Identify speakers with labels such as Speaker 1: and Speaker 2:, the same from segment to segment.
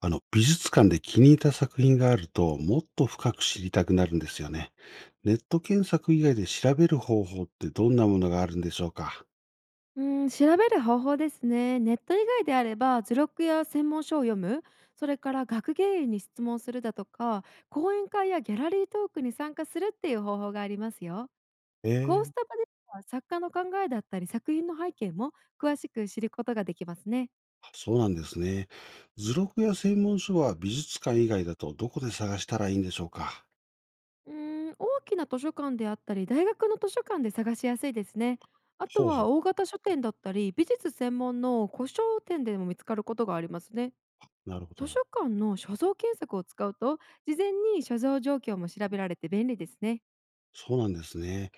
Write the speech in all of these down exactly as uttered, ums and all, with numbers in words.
Speaker 1: あの、美術館で気に入った作品があると、もっと深く知りたくなるんですよね。ネット検索以外で調べる方法ってどんなものがあるんでしょうか？
Speaker 2: うん、調べる方法ですね。ネット以外であれば図録や専門書を読む、それから学芸員に質問するだとか、講演会やギャラリートークに参加するっていう方法がありますよ。
Speaker 1: え
Speaker 2: こう
Speaker 1: ー、
Speaker 2: した場では作家の考えだったり作品の背景も詳しく知ることができますね。
Speaker 1: そうなんですね。図録や専門書は美術館以外だとどこで探したらいいんでしょうか？
Speaker 2: うーん、大きな図書館であったり大学の図書館で探しやすいですね。あと
Speaker 1: ほうほ
Speaker 2: は
Speaker 1: う。
Speaker 2: 大型書店だったり美術専門の古書店でも見つかることがありますね。
Speaker 1: なるほ
Speaker 2: 図書
Speaker 1: ど。
Speaker 2: 館の所蔵検索を使うと事前に所蔵状況も調べられて便利ですね。
Speaker 1: そうなんですね。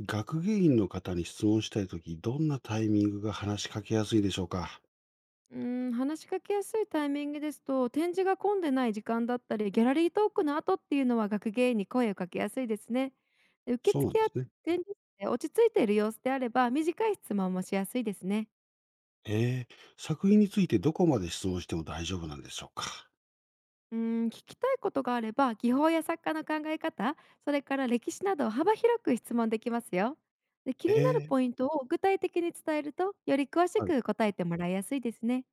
Speaker 1: 学芸員の方に質問したいとき、どんなタイミングが話しかけやすいでしょうか？
Speaker 2: うーん話しかけやすいタイミングですと、展示が混んでない時間だったりギャラリートークの後っていうのは学芸員に声をかけやすいですね。で、受
Speaker 1: そうなんで
Speaker 2: 付や
Speaker 1: すね。
Speaker 2: 展示室で落ち着いている様子であれば短い質問もしやすいですね。
Speaker 1: えー、作品についてどこまで質問しても大丈夫なんでしょうか？
Speaker 2: うーん、聞きたいことがあれば、技法や作家の考え方、それから歴史などを幅広く質問できますよ。で、気
Speaker 1: え
Speaker 2: になる
Speaker 1: ー
Speaker 2: ポイントを具体的に伝えると、より詳し
Speaker 1: はい、
Speaker 2: く答えてもらいやすいですね。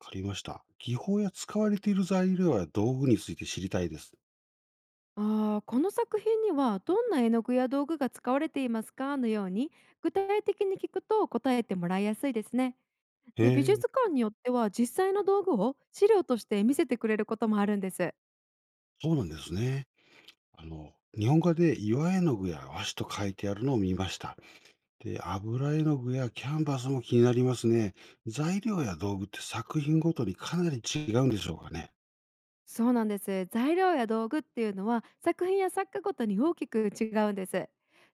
Speaker 1: わかりました。技法や使われている材料や道具について知りたいです。
Speaker 2: ああ、この作品にはどんな絵の具や道具が使われていますかのように、具体的に聞くと答えてもらいやすいですね。
Speaker 1: へ
Speaker 2: で、美
Speaker 1: え、
Speaker 2: 術館によっては実際の道具を資料として見せてくれることもあるんです。
Speaker 1: そうなんですね。あの、日本画で岩絵の具や和紙と書いてあるのを見ました。で、油絵の具やキャンバスも気になりますね。材料や道具って作品ごとにかなり違うんでしょうかね？
Speaker 2: そうなんです。材料や道具っていうのは作品や作家ごとに大きく違うんです。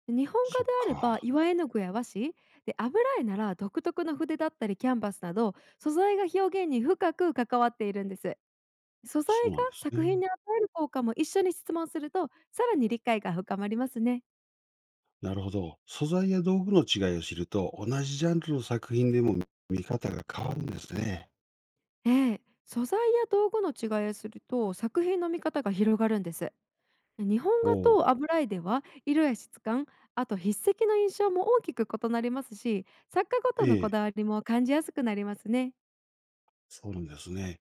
Speaker 2: 日本
Speaker 1: そ
Speaker 2: 画
Speaker 1: っ
Speaker 2: であれば
Speaker 1: か、
Speaker 2: 岩絵の具や和紙、で油絵なら独特の筆だったりキャンバスなど素材が表現に深く関わっているんです。素材
Speaker 1: そう
Speaker 2: が
Speaker 1: なんです
Speaker 2: 作品
Speaker 1: ね。
Speaker 2: に与える効果も一緒に質問するとさらに理解が深まりますね。
Speaker 1: なるほど。素材や道具の違いを知ると、同じジャンルの作品でも見方が変わるんですね。
Speaker 2: ええ、素材や道具の違いをすると作品の見方が広がるんです。日本
Speaker 1: お
Speaker 2: 画
Speaker 1: お、
Speaker 2: と油絵では色や質感、あと筆跡の印象も大きく異なりますし、作家ごとのこ
Speaker 1: ええ
Speaker 2: だわりも感じやすくなりますね。
Speaker 1: そうなんですね。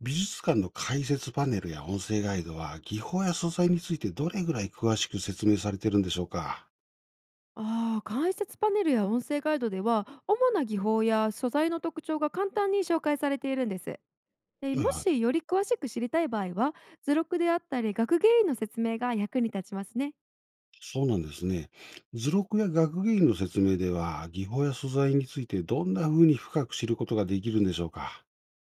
Speaker 1: 美術館の解説パネルや音声ガイドは、技法や素材についてどれぐらい詳しく説明されてるんでしょうか？
Speaker 2: ああ、解説パネルや音声ガイドでは主な技法や素材の特徴が簡単に紹介されているんです。で
Speaker 1: はい
Speaker 2: も
Speaker 1: はい。
Speaker 2: しより詳しく知りたい場合は、図録であったり学芸員の説明が役に立ちますね。
Speaker 1: そうなんですね。図録や学芸員の説明では、技法や素材についてどんな風に深く知ることができるんでしょうか？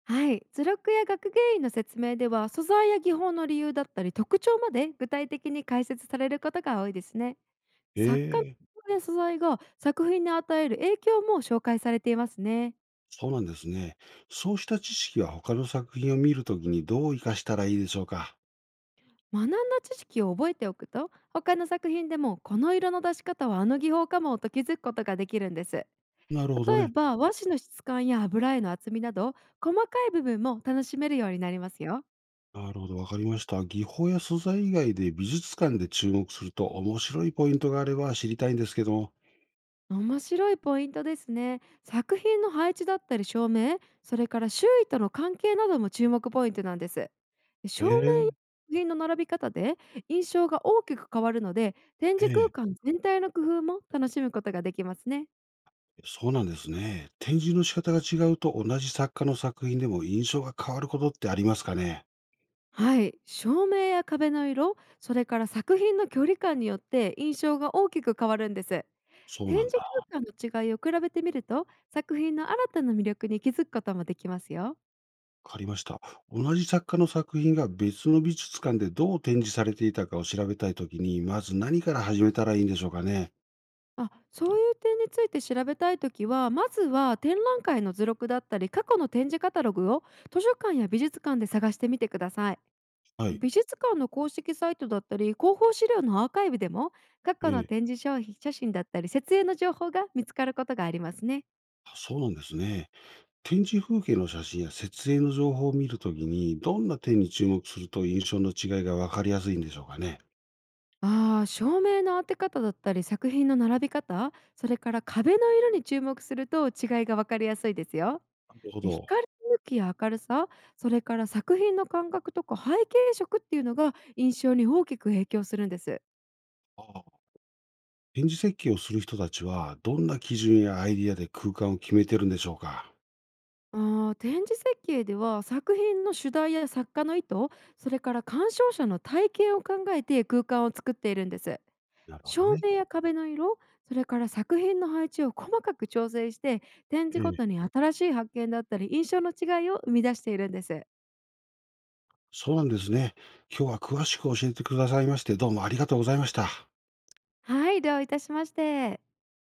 Speaker 2: はい、図録や学芸員の説明では素材や技法の理由だったり特徴まで具体的に解説されることが多いですね。作家
Speaker 1: ええ
Speaker 2: の素材が作品に与える影響も紹介されていますね。
Speaker 1: そうなんですね。そうした知識は他の作品を見るときにどう活かしたらいいでしょうか？
Speaker 2: 学んだ知識を覚えておくと、他の作品でもこの色の出し方はあの技法かもと気づくことができるんです。
Speaker 1: なるほど
Speaker 2: 例え
Speaker 1: ね。
Speaker 2: ば和紙の質感や油絵の厚みなど、細かい部分も楽しめるようになりますよ。
Speaker 1: なるほど、わかりました。技法や素材以外で美術館で注目すると面白いポイントがあれば知りたいんですけども。
Speaker 2: 面白いポイントですね。作品の配置だったり照明、それから周囲との関係なども注目ポイントなんです。照明や
Speaker 1: え
Speaker 2: 作品の並び方で印象が大きく変わるので、展
Speaker 1: え
Speaker 2: 示
Speaker 1: え
Speaker 2: 空
Speaker 1: え、
Speaker 2: 間全体の工夫も楽しむことができますね。
Speaker 1: そうなんですね。展示の仕方が違うと同じ作家の作品でも印象が変わることってありますかね？
Speaker 2: はい、照明や壁の色、それから作品の距離感によって印象が大きく変わるんです。
Speaker 1: そう
Speaker 2: 展
Speaker 1: なん
Speaker 2: 示
Speaker 1: だ。
Speaker 2: 空間の違いを比べてみると、作品の新たな魅力に気づくこともできますよ。
Speaker 1: わかりました。同じ作家の作品が別の美術館でどう展示されていたかを調べたいときに、まず何から始めたらいいんでしょうかね？
Speaker 2: あ、そういう点について調べたいときは、まずは展覧会の図録だったり、過去の展示カタログを図書館や美術館で探してみてください。
Speaker 1: はい。
Speaker 2: 美術館の公式サイトだったり、広報資料のアーカイブでも、過去
Speaker 1: え
Speaker 2: の
Speaker 1: え、
Speaker 2: 展示商品写真だったり、設営の情報が見つかることがありますね。
Speaker 1: あそうなんですね。展示風景の写真や設営の情報を見るときに、どんな点に注目すると印象の違いがわかりやすいんでしょうかね？
Speaker 2: ああ、照明の当て方だったり、作品の並び方、それから壁の色に注目すると違いがわかりやすいですよ。
Speaker 1: なるほ
Speaker 2: で、
Speaker 1: ど。
Speaker 2: 光の向きや明るさ、それから作品の感覚とか背景色っていうのが印象に大きく影響するんです。
Speaker 1: ああ展示設計をする人たちは、どんな基準やアイディアで空間を決めてるんでしょうか？
Speaker 2: あー展示設計では、作品の主題や作家の意図、それから鑑賞者の体験を考えて空間を作っているんです。
Speaker 1: なるほど
Speaker 2: 照
Speaker 1: ね。
Speaker 2: 明や壁の色、それから作品の配置を細かく調整して、展示
Speaker 1: え
Speaker 2: ご
Speaker 1: え、
Speaker 2: とに新しい発見だったり印象の違いを生み出しているんです。
Speaker 1: そうなんですね。今日は詳しく教えてくださいまして、どうもありがとうございました。
Speaker 2: はい、どういたしまして。